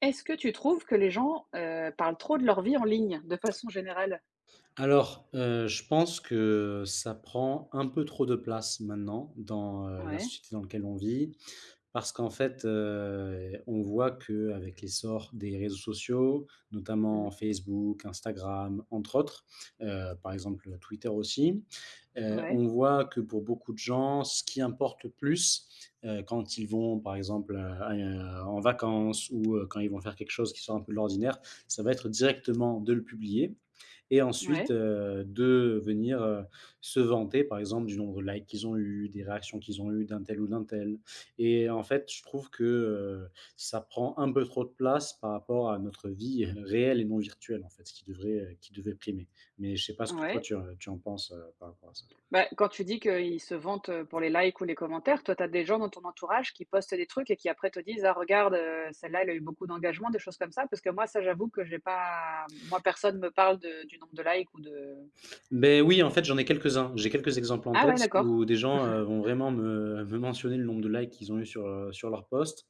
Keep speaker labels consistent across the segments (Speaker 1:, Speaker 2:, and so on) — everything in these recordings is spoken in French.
Speaker 1: Est-ce que tu trouves que les gens, parlent trop de leur vie en ligne, de façon générale?
Speaker 2: Alors, je pense que ça prend un peu trop de place maintenant dans la
Speaker 1: Ouais.
Speaker 2: société dans laquelle on vit. Parce qu'en fait, on voit que avec l'essor des réseaux sociaux, notamment
Speaker 1: Mmh.
Speaker 2: Facebook, Instagram, entre autres, par exemple, Twitter aussi,
Speaker 1: Ouais.
Speaker 2: on voit que pour beaucoup de gens, ce qui importe le plus, quand ils vont, par exemple, en vacances ou, quand ils vont faire quelque chose qui sort un peu de l'ordinaire, ça va être directement de le publier et ensuite,
Speaker 1: Ouais.
Speaker 2: de venir, se vanter, par exemple, du nombre de likes qu'ils ont eu, des réactions qu'ils ont eues d'un tel ou d'un tel. Et en fait, je trouve que, ça prend un peu trop de place par rapport à notre vie réelle et non virtuelle, en fait, ce qui devait primer. Mais je sais pas ce que toi
Speaker 1: Ouais.
Speaker 2: tu en penses, par rapport à ça?
Speaker 1: Bah, quand tu dis qu'ils se vantent, pour les likes ou les commentaires, toi, tu as des gens dans ton entourage qui postent des trucs et qui après te disent: «Ah regarde, celle-là, elle a eu beaucoup d'engagement», des choses comme ça? Parce que moi, ça, j'avoue que j'ai pas moi, personne me parle de du nombre de likes ou de
Speaker 2: Beh, oui, en fait, j'en ai quelques-uns. J'ai quelques exemples en
Speaker 1: ah ouais,
Speaker 2: tête
Speaker 1: d'accord.
Speaker 2: où des gens, vont vraiment me mentionner le nombre de likes qu'ils ont eu sur leur post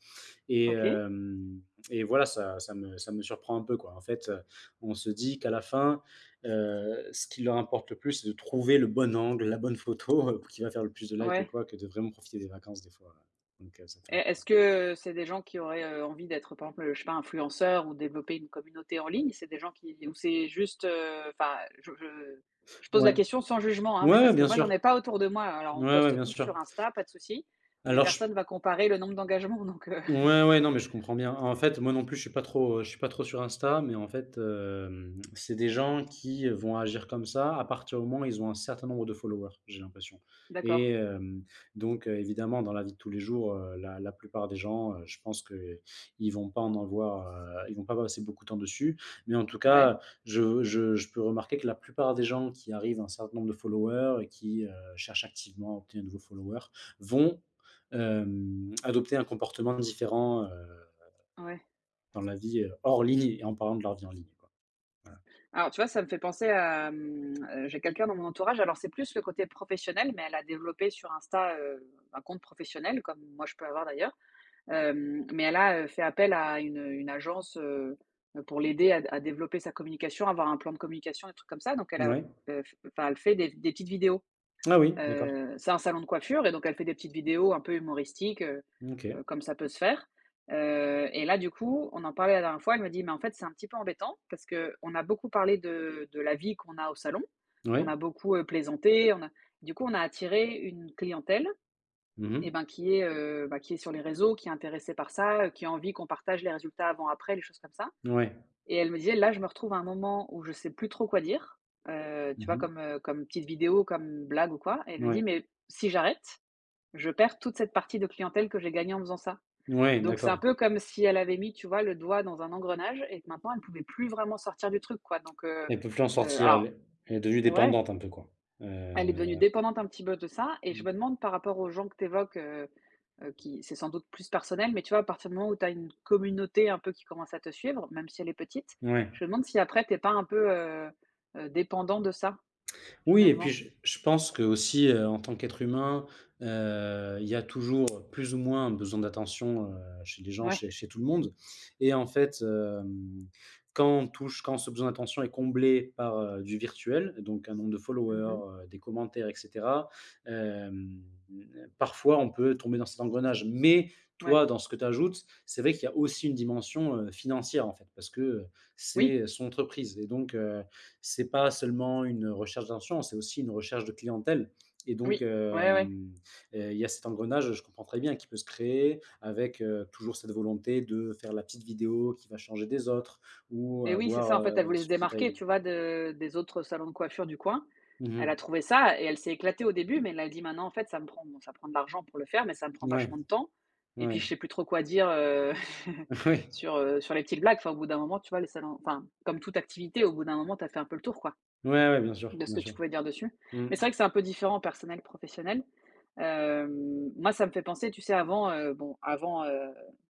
Speaker 2: et
Speaker 1: OK.
Speaker 2: hem et voilà, ça me surprend un peu, quoi. En fait, on se dit qu'à la fin, ce qui leur importe le plus, c'est de trouver le bon angle, la bonne photo, qui va faire le plus de likes et
Speaker 1: Ouais.
Speaker 2: quoi, que de vraiment profiter des vacances des fois, ouais. Donc ça fait
Speaker 1: Et
Speaker 2: un peu
Speaker 1: est-ce
Speaker 2: peur.
Speaker 1: que c'est des gens qui auraient, envie d'être, par exemple, je sais pas, influenceurs ou développer une communauté en ligne? C'est des gens qui ou c'est juste, enfin, je je pose la
Speaker 2: Ouais.
Speaker 1: question sans jugement, hein, mais
Speaker 2: Ouais, ouais,
Speaker 1: parce que
Speaker 2: bien
Speaker 1: moi, j'en
Speaker 2: sûr.
Speaker 1: ai pas autour de moi. Alors, on
Speaker 2: Ouais, ouais,
Speaker 1: poste
Speaker 2: bien
Speaker 1: tous
Speaker 2: sûr.
Speaker 1: sur Insta, pas de souci, mais
Speaker 2: Alors je
Speaker 1: personne va comparer le nombre d'engagements, donc
Speaker 2: Ouais, ouais, non, mais je comprends bien. En fait, moi non plus, je suis pas trop sur Insta, mais en fait, c'est des gens qui vont agir comme ça à partir du moment où ils ont un certain nombre de followers, j'ai l'impression. Et
Speaker 1: d'accord.
Speaker 2: donc évidemment, dans la vie de tous les jours, la plupart des gens, je pense que ils vont pas en avoir, ils vont pas passer beaucoup de temps dessus, mais en tout
Speaker 1: Ouais,
Speaker 2: cas, je peux remarquer que la plupart des gens qui arrivent à un certain nombre de followers et qui, cherchent activement à obtenir de nouveaux followers vont adopter un comportement différent,
Speaker 1: ouais.
Speaker 2: dans la vie, hors ligne et en parlant de leur vie en ligne, quoi. Voilà.
Speaker 1: Alors, tu vois, ça me fait penser à, mmh, j'ai quelqu'un dans mon entourage, alors c'est plus le côté professionnel, mais elle a développé sur Insta, un compte professionnel, comme moi je peux avoir d'ailleurs. Hem, mais elle a, fait appel à une agence, pour l'aider à développer sa communication, avoir un plan de communication, des trucs comme ça. Donc elle a,
Speaker 2: Ouais.
Speaker 1: elle fait des petites vidéos.
Speaker 2: Ah oui, d'accord.
Speaker 1: C'est un salon de coiffure et donc elle fait des petites vidéos un peu humoristiques,
Speaker 2: OK.
Speaker 1: comme ça peut se faire. Et là, du coup, on en parlait la dernière fois, elle me dit: «Mais en fait, c'est un petit peu embêtant parce que on a beaucoup parlé de la vie qu'on a au salon. On
Speaker 2: Ouais.
Speaker 1: a beaucoup, plaisanté, on a du coup, on a attiré une clientèle
Speaker 2: Mmh
Speaker 1: et
Speaker 2: mh.
Speaker 1: ben, qui est, bah, qui est sur les réseaux, qui est intéressée par ça, qui a envie qu'on partage les résultats avant-après, les choses comme ça.
Speaker 2: Ouais.
Speaker 1: Et elle me disait: «Là, je me retrouve à un moment où je sais plus trop quoi dire», tu
Speaker 2: Mmh
Speaker 1: vois?
Speaker 2: mh.
Speaker 1: Comme, comme petite vidéo, comme blague ou quoi. Et elle me dit:
Speaker 2: Ouais.
Speaker 1: «Mais si j'arrête, je perds toute cette partie de clientèle que j'ai gagnée en faisant ça».
Speaker 2: Ouais,
Speaker 1: Donc c'est un
Speaker 2: d'accord.
Speaker 1: peu comme si elle avait mis, tu vois, le doigt dans un engrenage et que maintenant elle pouvait plus vraiment sortir du truc, quoi. Donc, heu,
Speaker 2: Elle peut plus en
Speaker 1: heu,
Speaker 2: sortir, elle
Speaker 1: alors
Speaker 2: est elle est devenue
Speaker 1: ouais.
Speaker 2: dépendante un peu, quoi. Heu,
Speaker 1: Elle est devenue dépendante un petit peu de ça et je
Speaker 2: mmh,
Speaker 1: me demande par rapport aux gens que tu évoques, qui c'est sans doute plus personnel, mais tu vois, à partir du moment où tu as une communauté un peu qui commence à te suivre, même si elle est petite,
Speaker 2: ouais.
Speaker 1: je me demande si après t'es pas un peu, dépendant de ça,
Speaker 2: Oui et puis
Speaker 1: finalement?
Speaker 2: je pense que aussi, en tant qu'être humain, il y a toujours plus ou moins un besoin d'attention, chez les gens,
Speaker 1: Ouais.
Speaker 2: chez tout le monde. Et en fait, quand on touche quand ce besoin d'attention est comblé par, du virtuel, donc un nombre de
Speaker 1: Mmh.
Speaker 2: followers, des commentaires et cetera, hem, parfois on peut tomber dans cet engrenage. Mais
Speaker 1: Ouais.
Speaker 2: toi, dans ce que tu ajoutes, c'est vrai qu'il y a aussi une dimension, financière en fait, parce que,
Speaker 1: Oui,
Speaker 2: c'est son entreprise et donc c'est pas seulement une recherche d'argent, c'est aussi une recherche de clientèle. Et donc
Speaker 1: oui. Ouais, ouais.
Speaker 2: il y a cet engrenage, je comprends très bien, qui peut se créer avec, toujours cette volonté de faire la petite vidéo qui va changer des autres ou
Speaker 1: Et oui, c'est ça,
Speaker 2: avoir,
Speaker 1: en fait, elle voulait se
Speaker 2: ce petit
Speaker 1: démarquer, tu
Speaker 2: timing.
Speaker 1: vois, de des autres salons de coiffure du coin.
Speaker 2: Mmh
Speaker 1: Elle a
Speaker 2: mh.
Speaker 1: trouvé ça et elle s'est éclatée au début, mais elle a dit: «Maintenant, en fait, ça me prend bon, ça prend de l'argent pour le faire, mais ça me prend
Speaker 2: Ouais,
Speaker 1: vachement de temps et puis je
Speaker 2: ouais,
Speaker 1: sais plus trop quoi dire,
Speaker 2: oui.
Speaker 1: sur, sur les petites blagues». Enfin, au bout d'un moment, tu vois, les salons enfin, comme toute activité, au bout d'un moment, tu as fait un peu le tour, quoi.
Speaker 2: Ouais, ouais, bien sûr,
Speaker 1: De ce
Speaker 2: bien
Speaker 1: que tu
Speaker 2: sûr.
Speaker 1: pouvais dire dessus.
Speaker 2: Mmh.
Speaker 1: Mais c'est vrai que c'est un peu différent personnel, professionnel. Hem, moi, ça me fait penser, tu sais, avant, bon, avant,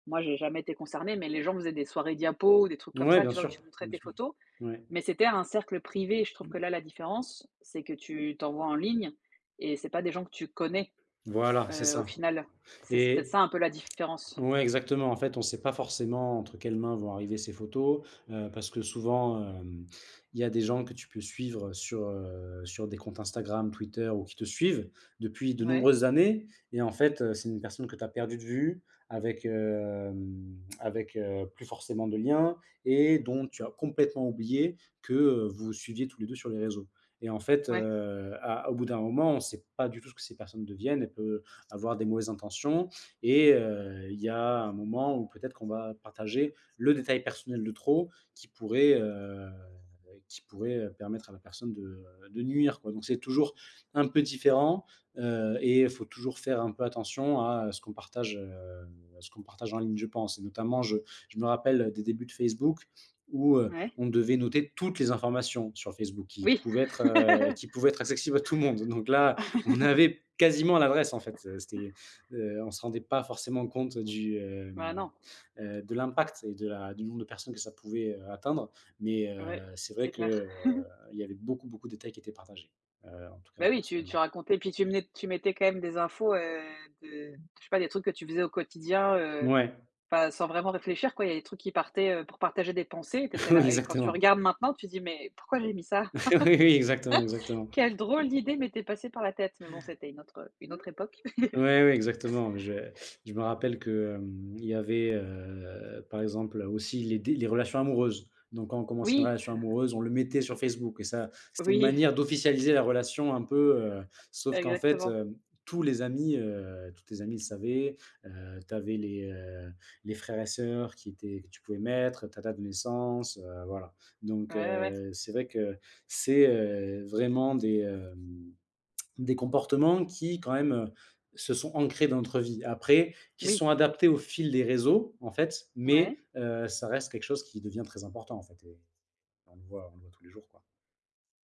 Speaker 1: moi, j'ai jamais été concerné, mais les gens faisaient des soirées diapos ou des trucs comme
Speaker 2: Ouais,
Speaker 1: ça,
Speaker 2: bien
Speaker 1: tu vois? Où
Speaker 2: sûr,
Speaker 1: tu montrais
Speaker 2: bien
Speaker 1: tes
Speaker 2: sûr.
Speaker 1: photos,
Speaker 2: Ouais.
Speaker 1: mais c'était un cercle privé. Je trouve que là, la différence, c'est que tu t'envoies en ligne et c'est pas des gens que tu connais,
Speaker 2: Voilà, c'est
Speaker 1: au
Speaker 2: ça
Speaker 1: final. C'est peut-être
Speaker 2: et
Speaker 1: ça un peu la différence.
Speaker 2: Ouais, exactement. En fait, on ne sait pas forcément entre quelles mains vont arriver ces photos, parce que souvent, il y a des gens que tu peux suivre sur, sur des comptes Instagram, Twitter ou qui te suivent depuis de
Speaker 1: Ouais,
Speaker 2: nombreuses années et en fait, c'est une personne que tu as perdue de vue avec plus forcément de lien et dont tu as complètement oublié que, vous vous suiviez tous les 2 sur les réseaux. Et en fait,
Speaker 1: ouais,
Speaker 2: à au bout d'un moment, on ne sait pas du tout ce que ces personnes deviennent. Elles peuvent avoir des mauvaises intentions et il y a un moment où peut-être qu'on va partager le détail personnel de trop qui pourrait, permettre à la personne de nuire, quoi. Donc c'est toujours un peu différent, et il faut toujours faire un peu attention à ce qu'on partage en ligne, je pense. Et notamment je me rappelle des débuts de Facebook où,
Speaker 1: ouais.
Speaker 2: on devait noter toutes les informations sur Facebook
Speaker 1: Oui.
Speaker 2: qui pouvaient être accessibles à tout le monde. Donc là, on avait quasiment l'adresse en fait, c'était on se rendait pas forcément compte du,
Speaker 1: Bah, non.
Speaker 2: de l'impact et de la du nombre de personnes que ça pouvait, atteindre. Mais,
Speaker 1: Ouais,
Speaker 2: c'est
Speaker 1: c'est
Speaker 2: vrai que,
Speaker 1: clair.
Speaker 2: il y avait beaucoup, beaucoup de détails qui étaient partagés, en tout cas
Speaker 1: Bah oui, tu
Speaker 2: personnellement.
Speaker 1: racontais puis tu mettais quand même des infos, de je sais pas, des trucs que tu faisais au quotidien,
Speaker 2: Ouais,
Speaker 1: enfin, sans vraiment réfléchir, quoi. Il y a des trucs qui partaient, pour partager des pensées et tu
Speaker 2: oui,
Speaker 1: là et quand tu
Speaker 2: exactement.
Speaker 1: regardes maintenant, tu dis: «Mais pourquoi j'ai mis ça?
Speaker 2: Oui, oui, exactement, exactement.
Speaker 1: Quelle drôle d'idée m'était passée par la tête!» mais bon, c'était une autre époque.
Speaker 2: Ouais, ouais, exactement. Je me rappelle que, il y avait, par exemple, aussi les relations amoureuses. Donc quand on commençait une
Speaker 1: Oui,
Speaker 2: relation amoureuse, on le mettait sur Facebook et ça, c'était une
Speaker 1: oui,
Speaker 2: manière d'officialiser la relation un peu, sauf qu'en fait,
Speaker 1: exactement.
Speaker 2: tous les amis, tous tes amis le savaient, heu, tu avais les frères et sœurs qui étaient que tu pouvais mettre, ta date de naissance, voilà.
Speaker 1: Ouais,
Speaker 2: Donc
Speaker 1: ouais, ouais.
Speaker 2: c'est vrai que c'est, vraiment des comportements qui quand même, se sont ancrés dans notre vie. Après, qui se
Speaker 1: Oui,
Speaker 2: sont adaptés au fil des réseaux en fait,
Speaker 1: ouais.
Speaker 2: mais, ça reste quelque chose qui devient très important en fait et on le voit tous les jours, quoi.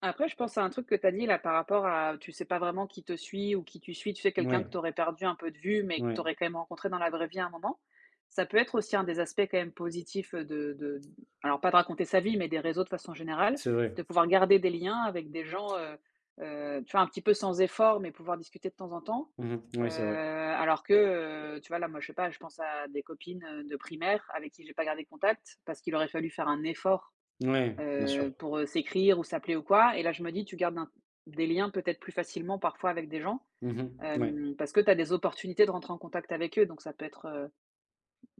Speaker 1: Après, je pense à un truc que tu as dit là par rapport à tu sais pas vraiment qui te suit ou qui tu suis. Tu sais, quelqu'un que tu
Speaker 2: Ouais,
Speaker 1: aurais perdu un peu de vue, mais que tu
Speaker 2: ouais,
Speaker 1: aurais quand même rencontré dans la vraie vie à un moment. Ça peut être aussi un des aspects quand même positifs de alors pas de raconter sa vie, mais des réseaux de façon générale,
Speaker 2: c'est vrai.
Speaker 1: de pouvoir garder des liens avec des gens, tu vois, un petit peu sans effort, mais pouvoir discuter de temps en temps.
Speaker 2: Mmh. Ouais, c'est vrai.
Speaker 1: Alors que, tu vois, là, moi, je sais pas, je pense à des copines de primaire avec qui j'ai pas gardé contact parce qu'il aurait fallu faire un effort.
Speaker 2: Ouais, bien sûr.
Speaker 1: Pour, s'écrire ou s'appeler ou quoi et là, je me dis: «Tu gardes un des liens peut-être plus facilement parfois avec des gens,
Speaker 2: Mmh. Ouais.
Speaker 1: hem, parce que tu as des opportunités de rentrer en contact avec eux», donc ça peut être,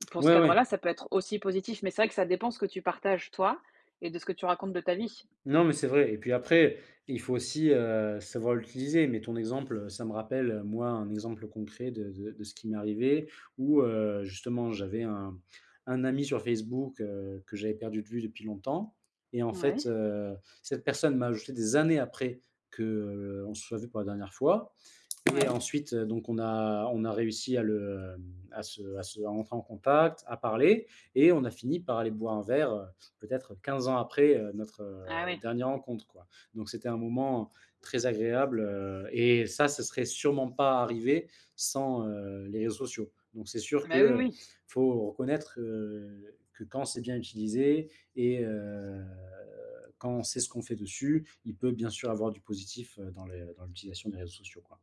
Speaker 1: pour ce
Speaker 2: Ouais, ouais.
Speaker 1: cadre-là, ça peut être aussi positif, mais c'est vrai que ça dépend ce que tu partages toi et de ce que tu racontes de ta vie.
Speaker 2: Non, mais c'est vrai et puis après, il faut aussi, savoir l'utiliser. Mais ton exemple, ça me rappelle, moi, un exemple concret de ce qui m'est arrivé où, justement, j'avais un ami sur Facebook, que j'avais perdu de vue depuis longtemps. Et en fait,
Speaker 1: Ouais,
Speaker 2: cette personne m'a ajouté des années après que, on se soit vu pour la dernière fois. Et
Speaker 1: ouais.
Speaker 2: ensuite, donc on a réussi à le, à se à se à entrer en contact, à parler, et on a fini par aller boire un verre, peut-être 15 ans après, notre,
Speaker 1: Ah ouais.
Speaker 2: dernière rencontre, quoi. Donc c'était un moment très agréable, et ça serait sûrement pas arrivé sans, les réseaux sociaux. Donc c'est sûr
Speaker 1: Bah,
Speaker 2: que,
Speaker 1: oui, oui. Oui.
Speaker 2: faut reconnaître, que quand c'est bien utilisé et quand on sait ce qu'on fait dessus, il peut bien sûr avoir du positif, dans les dans l'utilisation des réseaux sociaux, quoi.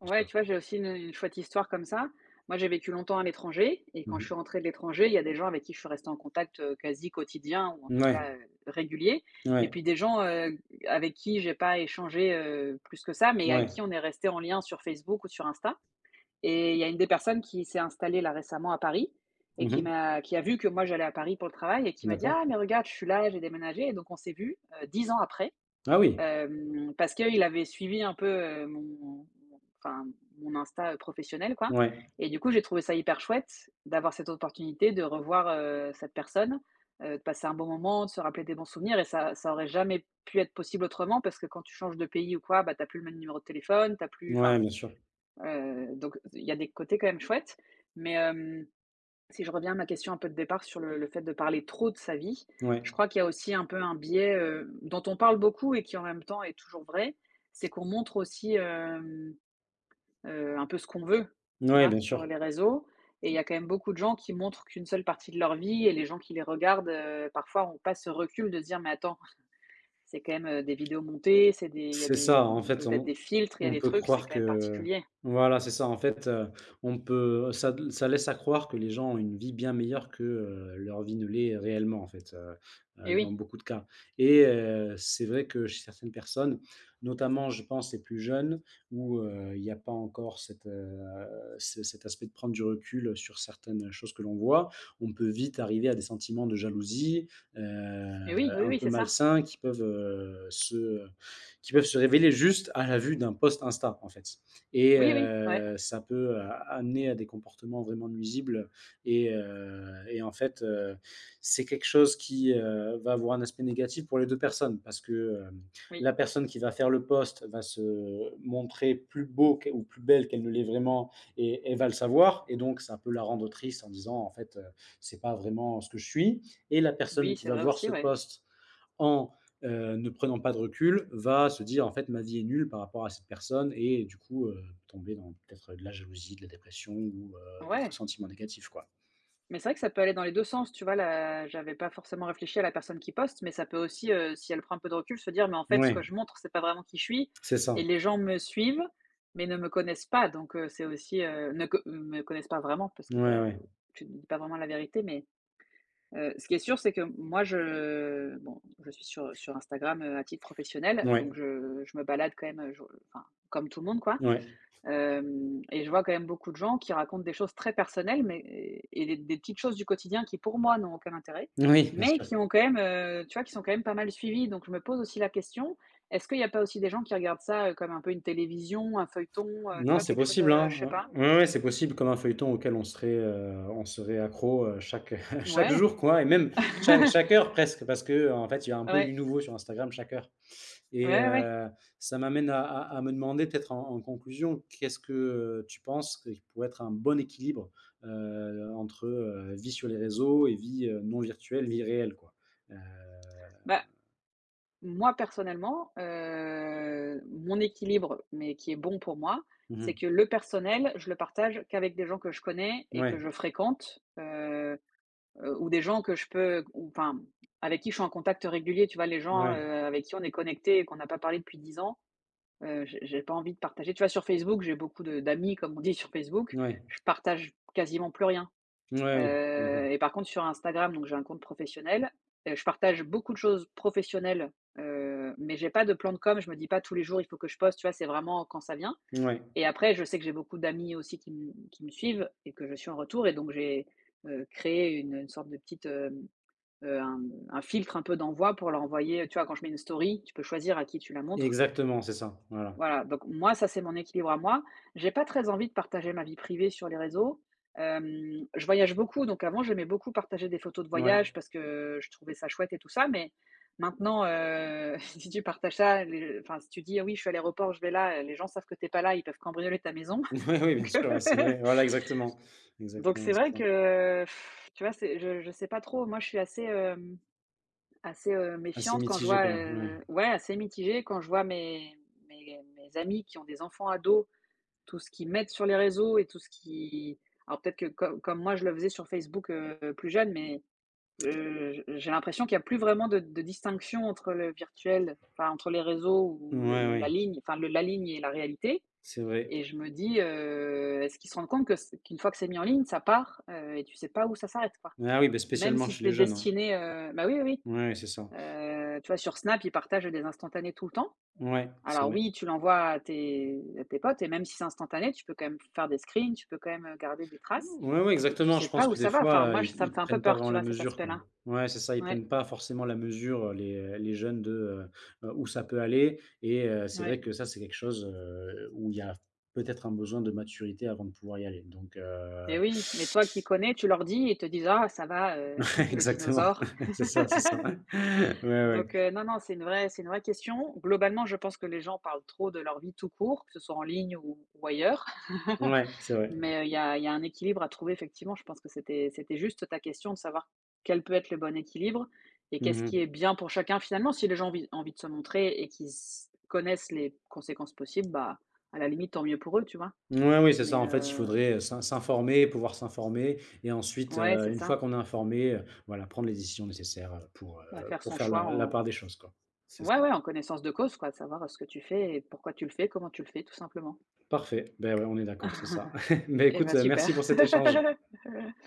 Speaker 1: Ouais,
Speaker 2: Sûr.
Speaker 1: tu vois, j'ai aussi une chouette histoire comme ça. Moi, j'ai vécu longtemps à l'étranger et
Speaker 2: Mmh
Speaker 1: quand je
Speaker 2: mh.
Speaker 1: suis rentrée de l'étranger, il y a des gens avec qui je suis restée en contact quasi quotidien ou en tout
Speaker 2: Ouais,
Speaker 1: cas régulier. Et
Speaker 2: ouais,
Speaker 1: puis des gens avec qui j'ai pas échangé plus que ça, mais à
Speaker 2: ouais.
Speaker 1: qui on est resté en lien sur Facebook ou sur Insta. Et il y a une des personnes qui s'est installée là récemment à Paris et
Speaker 2: Mmh
Speaker 1: qui
Speaker 2: mh.
Speaker 1: m'a, qui a vu que moi j'allais à Paris pour le travail et qui m'a dit:
Speaker 2: D'accord.
Speaker 1: «Ah, mais regarde, je suis là, j'ai déménagé». Et donc on s'est vu 10 ans après.
Speaker 2: Ah oui!
Speaker 1: Hem, parce qu'il avait suivi un peu, mon enfin mon Insta, professionnel quoi
Speaker 2: Ouais,
Speaker 1: et du coup, j'ai trouvé ça hyper chouette d'avoir cette opportunité de revoir, cette personne, de passer un bon moment, de se rappeler des bons souvenirs et ça aurait jamais pu être possible autrement parce que quand tu changes de pays ou quoi, bah, t'as plus le même numéro de téléphone, t'as plus
Speaker 2: ouais,
Speaker 1: enfin,
Speaker 2: bien sûr.
Speaker 1: donc il y a des côtés quand même chouettes mais hem si je reviens à ma question un peu de départ sur le fait de parler trop de sa vie,
Speaker 2: Ouais,
Speaker 1: je crois qu'il y a aussi un peu un biais, dont on parle beaucoup et qui en même temps est toujours vrai, c'est qu'on montre aussi, un peu ce qu'on veut, tu
Speaker 2: ouais,
Speaker 1: vois?
Speaker 2: bien sûr.
Speaker 1: Sur les réseaux et il y a quand même beaucoup de gens qui montrent qu'une seule partie de leur vie et les gens qui les regardent, parfois ont pas ce recul de se dire: «Mais attends, c'est quand même, des vidéos montées, c'est des il y a
Speaker 2: C'est
Speaker 1: des
Speaker 2: ça, en fait,
Speaker 1: peut-être des
Speaker 2: on
Speaker 1: filtres, il y a
Speaker 2: on
Speaker 1: des
Speaker 2: peut
Speaker 1: trucs, c'est
Speaker 2: croire
Speaker 1: quand même
Speaker 2: que
Speaker 1: particulier».
Speaker 2: voilà, c'est ça, en fait, on peut ça ça laisse à croire que les gens ont une vie bien meilleure que, leur vie ne l'est réellement, en fait,
Speaker 1: Et
Speaker 2: dans
Speaker 1: oui,
Speaker 2: beaucoup de cas. Et c'est vrai que chez certaines personnes, notamment, je pense, les plus jeunes où, il n'y a pas encore cette, ce cet aspect de prendre du recul sur certaines choses que l'on voit, on peut vite arriver à des sentiments de jalousie, heu,
Speaker 1: et oui, oui,
Speaker 2: un
Speaker 1: oui,
Speaker 2: peu
Speaker 1: c'est ça.
Speaker 2: malsains qui peuvent, se qui peuvent se révéler juste à la vue d'un post Insta, en fait. Et
Speaker 1: Oui, oui, ouais,
Speaker 2: ça peut a amener à des comportements vraiment nuisibles. Et en fait, c'est quelque chose qui, va avoir un aspect négatif pour les 2 personnes parce que,
Speaker 1: oui.
Speaker 2: la personne qui va faire le post va se montrer plus beau qu ou plus belle qu'elle ne l'est vraiment et elle va le savoir et donc ça peut la rendre triste en disant: «En fait, c'est pas vraiment ce que je suis.» Et la personne
Speaker 1: Oui,
Speaker 2: qui
Speaker 1: c'est
Speaker 2: va
Speaker 1: vrai
Speaker 2: voir
Speaker 1: aussi,
Speaker 2: ce
Speaker 1: ouais.
Speaker 2: post en ne prenant pas de recul, va se dire: «En fait, ma vie est nulle par rapport à cette personne» et du coup, tomber dans peut-être, de la jalousie, de la dépression ou, d'autres
Speaker 1: Ouais.
Speaker 2: sentiments négatifs, quoi.
Speaker 1: Mais c'est vrai que ça peut aller dans les 2 sens, tu vois? Là, j'avais pas forcément réfléchi à la personne qui poste, mais ça peut aussi, si elle prend un peu de recul, se dire: «Mais en fait, ce que
Speaker 2: Ouais,
Speaker 1: je montre, c'est pas vraiment qui je suis
Speaker 2: c'est
Speaker 1: et
Speaker 2: ça.
Speaker 1: les gens me suivent, mais ne me connaissent pas». Donc c'est aussi, ne co me connaissent pas vraiment parce que
Speaker 2: Ouais,
Speaker 1: tu as
Speaker 2: ouais.
Speaker 1: tu ne dis pas vraiment la vérité, mais ce qui est sûr, c'est que moi, je bon, je suis sur, sur Instagram, à titre professionnel,
Speaker 2: Ouais,
Speaker 1: donc je me balade quand même, je enfin, comme tout le monde, quoi.
Speaker 2: ouais.
Speaker 1: Hem et je vois quand même beaucoup de gens qui racontent des choses très personnelles, mais et des petites choses du quotidien qui pour moi n'ont aucun intérêt,
Speaker 2: Oui, bien
Speaker 1: mais
Speaker 2: sûr.
Speaker 1: qui ont quand même, tu vois, qui sont quand même pas mal suivies. Donc je me pose aussi la question, est-ce qu'il n'y a pas aussi des gens qui regardent ça, comme un peu une télévision, un feuilleton, tu
Speaker 2: Non,
Speaker 1: vois,
Speaker 2: c'est
Speaker 1: quelque chose,
Speaker 2: possible, hein.
Speaker 1: je sais pas?
Speaker 2: Ouais, ouais, c'est possible, comme un feuilleton auquel on serait, accro, chaque chaque
Speaker 1: Ouais.
Speaker 2: jour, quoi. Et même chaque chaque heure presque, parce que en fait, il y a un peu
Speaker 1: Ouais.
Speaker 2: du nouveau sur Instagram chaque heure. Et
Speaker 1: Ouais, ouais.
Speaker 2: ça m'amène à me demander peut-être en conclusion, qu'est-ce que, tu penses qui pourrait être un bon équilibre, entre, vie sur les réseaux et vie, non virtuelle, vie réelle, quoi? Heu,
Speaker 1: Bah, moi personnellement, mon équilibre, mais qui est bon pour moi,
Speaker 2: mmh
Speaker 1: c'est
Speaker 2: mh.
Speaker 1: que le personnel, je le partage qu'avec des gens que je connais et que
Speaker 2: Ouais,
Speaker 1: je fréquente, ou des gens que je peux ou enfin, avec qui je suis en contact régulier, tu vois? Les gens,
Speaker 2: ouais,
Speaker 1: avec qui on est connectés et qu'on n'a pas parlé depuis 10 ans, j'ai pas envie de partager. Tu vois? Sur Facebook, j'ai beaucoup de d'amis, comme on dit sur Facebook,
Speaker 2: ouais,
Speaker 1: je partage quasiment plus rien,
Speaker 2: ouais, oui, d'accord.
Speaker 1: et par contre sur Instagram, donc j'ai un compte professionnel, je partage beaucoup de choses professionnelles, mais j'ai pas de plan de com. Je me dis pas tous les jours: «Il faut que je poste», tu vois? C'est vraiment quand ça vient
Speaker 2: Ouais,
Speaker 1: et après je sais que j'ai beaucoup d'amis aussi qui me suivent et que je suis en retour et donc j'ai, créé une sorte de petite, heu, un un filtre un peu d'envoi pour leur envoyer, tu vois, quand je mets une story, tu peux choisir à qui tu la montres.
Speaker 2: exactement, c'est ça, voilà.
Speaker 1: Voilà, donc moi, ça, c'est mon équilibre à moi. J'ai pas très envie de partager ma vie privée sur les réseaux. Je voyage beaucoup, donc avant, j'aimais beaucoup partager des photos de
Speaker 2: Ouais,
Speaker 1: voyage parce que je trouvais ça chouette et tout ça, mais maintenant, si tu partages ça, les enfin, si tu dis: ah «Oui, je suis à l'aéroport, je vais là», les gens savent que t'es pas là, ils peuvent cambrioler ta maison.
Speaker 2: ouais, oui, bien
Speaker 1: Donc euh,
Speaker 2: sûr, ouais, c'est vrai, voilà, exactement,
Speaker 1: donc
Speaker 2: exactement,
Speaker 1: c'est
Speaker 2: c'est
Speaker 1: vrai
Speaker 2: ça.
Speaker 1: que pff, tu vois, c'est je sais pas trop. Moi, je suis assez, hem assez,
Speaker 2: Assez
Speaker 1: méfiante quand je
Speaker 2: mitigé,
Speaker 1: vois,
Speaker 2: quoi, ouais.
Speaker 1: ouais, assez mitigée quand je vois mes mes amis qui ont des enfants ados, tout ce qu'ils mettent sur les réseaux et tout ce qui alors peut-être que comme moi je le faisais sur Facebook, plus jeune, mais, j'ai l'impression qu'il y a plus vraiment de distinction entre le virtuel, enfin entre les réseaux ou le
Speaker 2: Ouais,
Speaker 1: la
Speaker 2: ouais,
Speaker 1: ligne, enfin le la ligne et la réalité
Speaker 2: c'est vrai.
Speaker 1: et je me dis, «Est-ce qu'ils se rendent compte que c qu'une fois que c'est mis en ligne, ça part, et tu sais pas où ça s'arrête, quoi?»
Speaker 2: Ah oui, bah,
Speaker 1: Même
Speaker 2: spécialement
Speaker 1: si
Speaker 2: chez les
Speaker 1: c'était
Speaker 2: jeunes, hein.
Speaker 1: destiné, bah, oui, oui, oui.
Speaker 2: Ouais, c'est ça.
Speaker 1: Tu vois, sur Snap, ils partagent des instantanés tout le temps.
Speaker 2: Ouais, c'est
Speaker 1: Alors
Speaker 2: vrai.
Speaker 1: oui, tu l'envoies à tes potes et même si c'est instantané, tu peux quand même faire des screens, tu peux quand même garder des traces
Speaker 2: Ouais, ouais,
Speaker 1: et tu
Speaker 2: exactement.
Speaker 1: sais
Speaker 2: Je
Speaker 1: pas
Speaker 2: pense
Speaker 1: où
Speaker 2: que des
Speaker 1: ça va. Enfin,
Speaker 2: fois,
Speaker 1: moi,
Speaker 2: ils
Speaker 1: je ça me
Speaker 2: ils
Speaker 1: fait un peu
Speaker 2: prennent pas
Speaker 1: peur,
Speaker 2: vraiment
Speaker 1: tu
Speaker 2: la
Speaker 1: vois, cet
Speaker 2: mesure, quoi.
Speaker 1: aspect-là.
Speaker 2: Ouais, c'est ça, ils
Speaker 1: Ouais,
Speaker 2: prennent pas forcément la mesure, les jeunes de, où ça peut aller. Et c'est
Speaker 1: ouais
Speaker 2: vrai que ça, c'est quelque chose, où il y a peut-être un besoin de maturité avant de pouvoir y aller. Donc
Speaker 1: et oui, mais toi qui connais, tu leur dis, ils te disent: «Ah ça va, le
Speaker 2: exactement.
Speaker 1: dinosaure».
Speaker 2: C'est ça, c'est ça. Ouais, ouais.
Speaker 1: Non, non, c'est une vraie question. Globalement, je pense que les gens parlent trop de leur vie tout court, que ce soit en ligne ou ailleurs.
Speaker 2: Ouais, c'est vrai.
Speaker 1: Il y a il y a un équilibre à trouver effectivement. Je pense que c'était c'était juste ta question de savoir quel peut être le bon équilibre et qu'est-ce qui est
Speaker 2: Mmh.
Speaker 1: bien pour chacun finalement. Si les gens ont envie de se montrer et qu'ils s connaissent les conséquences possibles, bah, à la limite tant mieux pour eux, tu vois?
Speaker 2: Ouais, oui, c'est ça.
Speaker 1: Mais
Speaker 2: En fait, il
Speaker 1: heu,
Speaker 2: faudrait, s'informer, pouvoir s'informer. Et ensuite,
Speaker 1: ouais, c'est
Speaker 2: une
Speaker 1: ça.
Speaker 2: fois qu'on est informé, voilà, prendre les décisions nécessaires, pour,
Speaker 1: Bah,
Speaker 2: heu,
Speaker 1: faire
Speaker 2: pour
Speaker 1: son
Speaker 2: faire la
Speaker 1: choix
Speaker 2: la part
Speaker 1: en
Speaker 2: des choses, quoi. C'est ça.
Speaker 1: ouais, ouais, en connaissance de cause quoi, savoir, ce que tu fais et pourquoi tu le fais, comment tu le fais tout simplement.
Speaker 2: Parfait. Ben ouais, on est d'accord, c'est ça. Beh,
Speaker 1: Et
Speaker 2: écoute,
Speaker 1: bah, super.
Speaker 2: merci pour cet échange.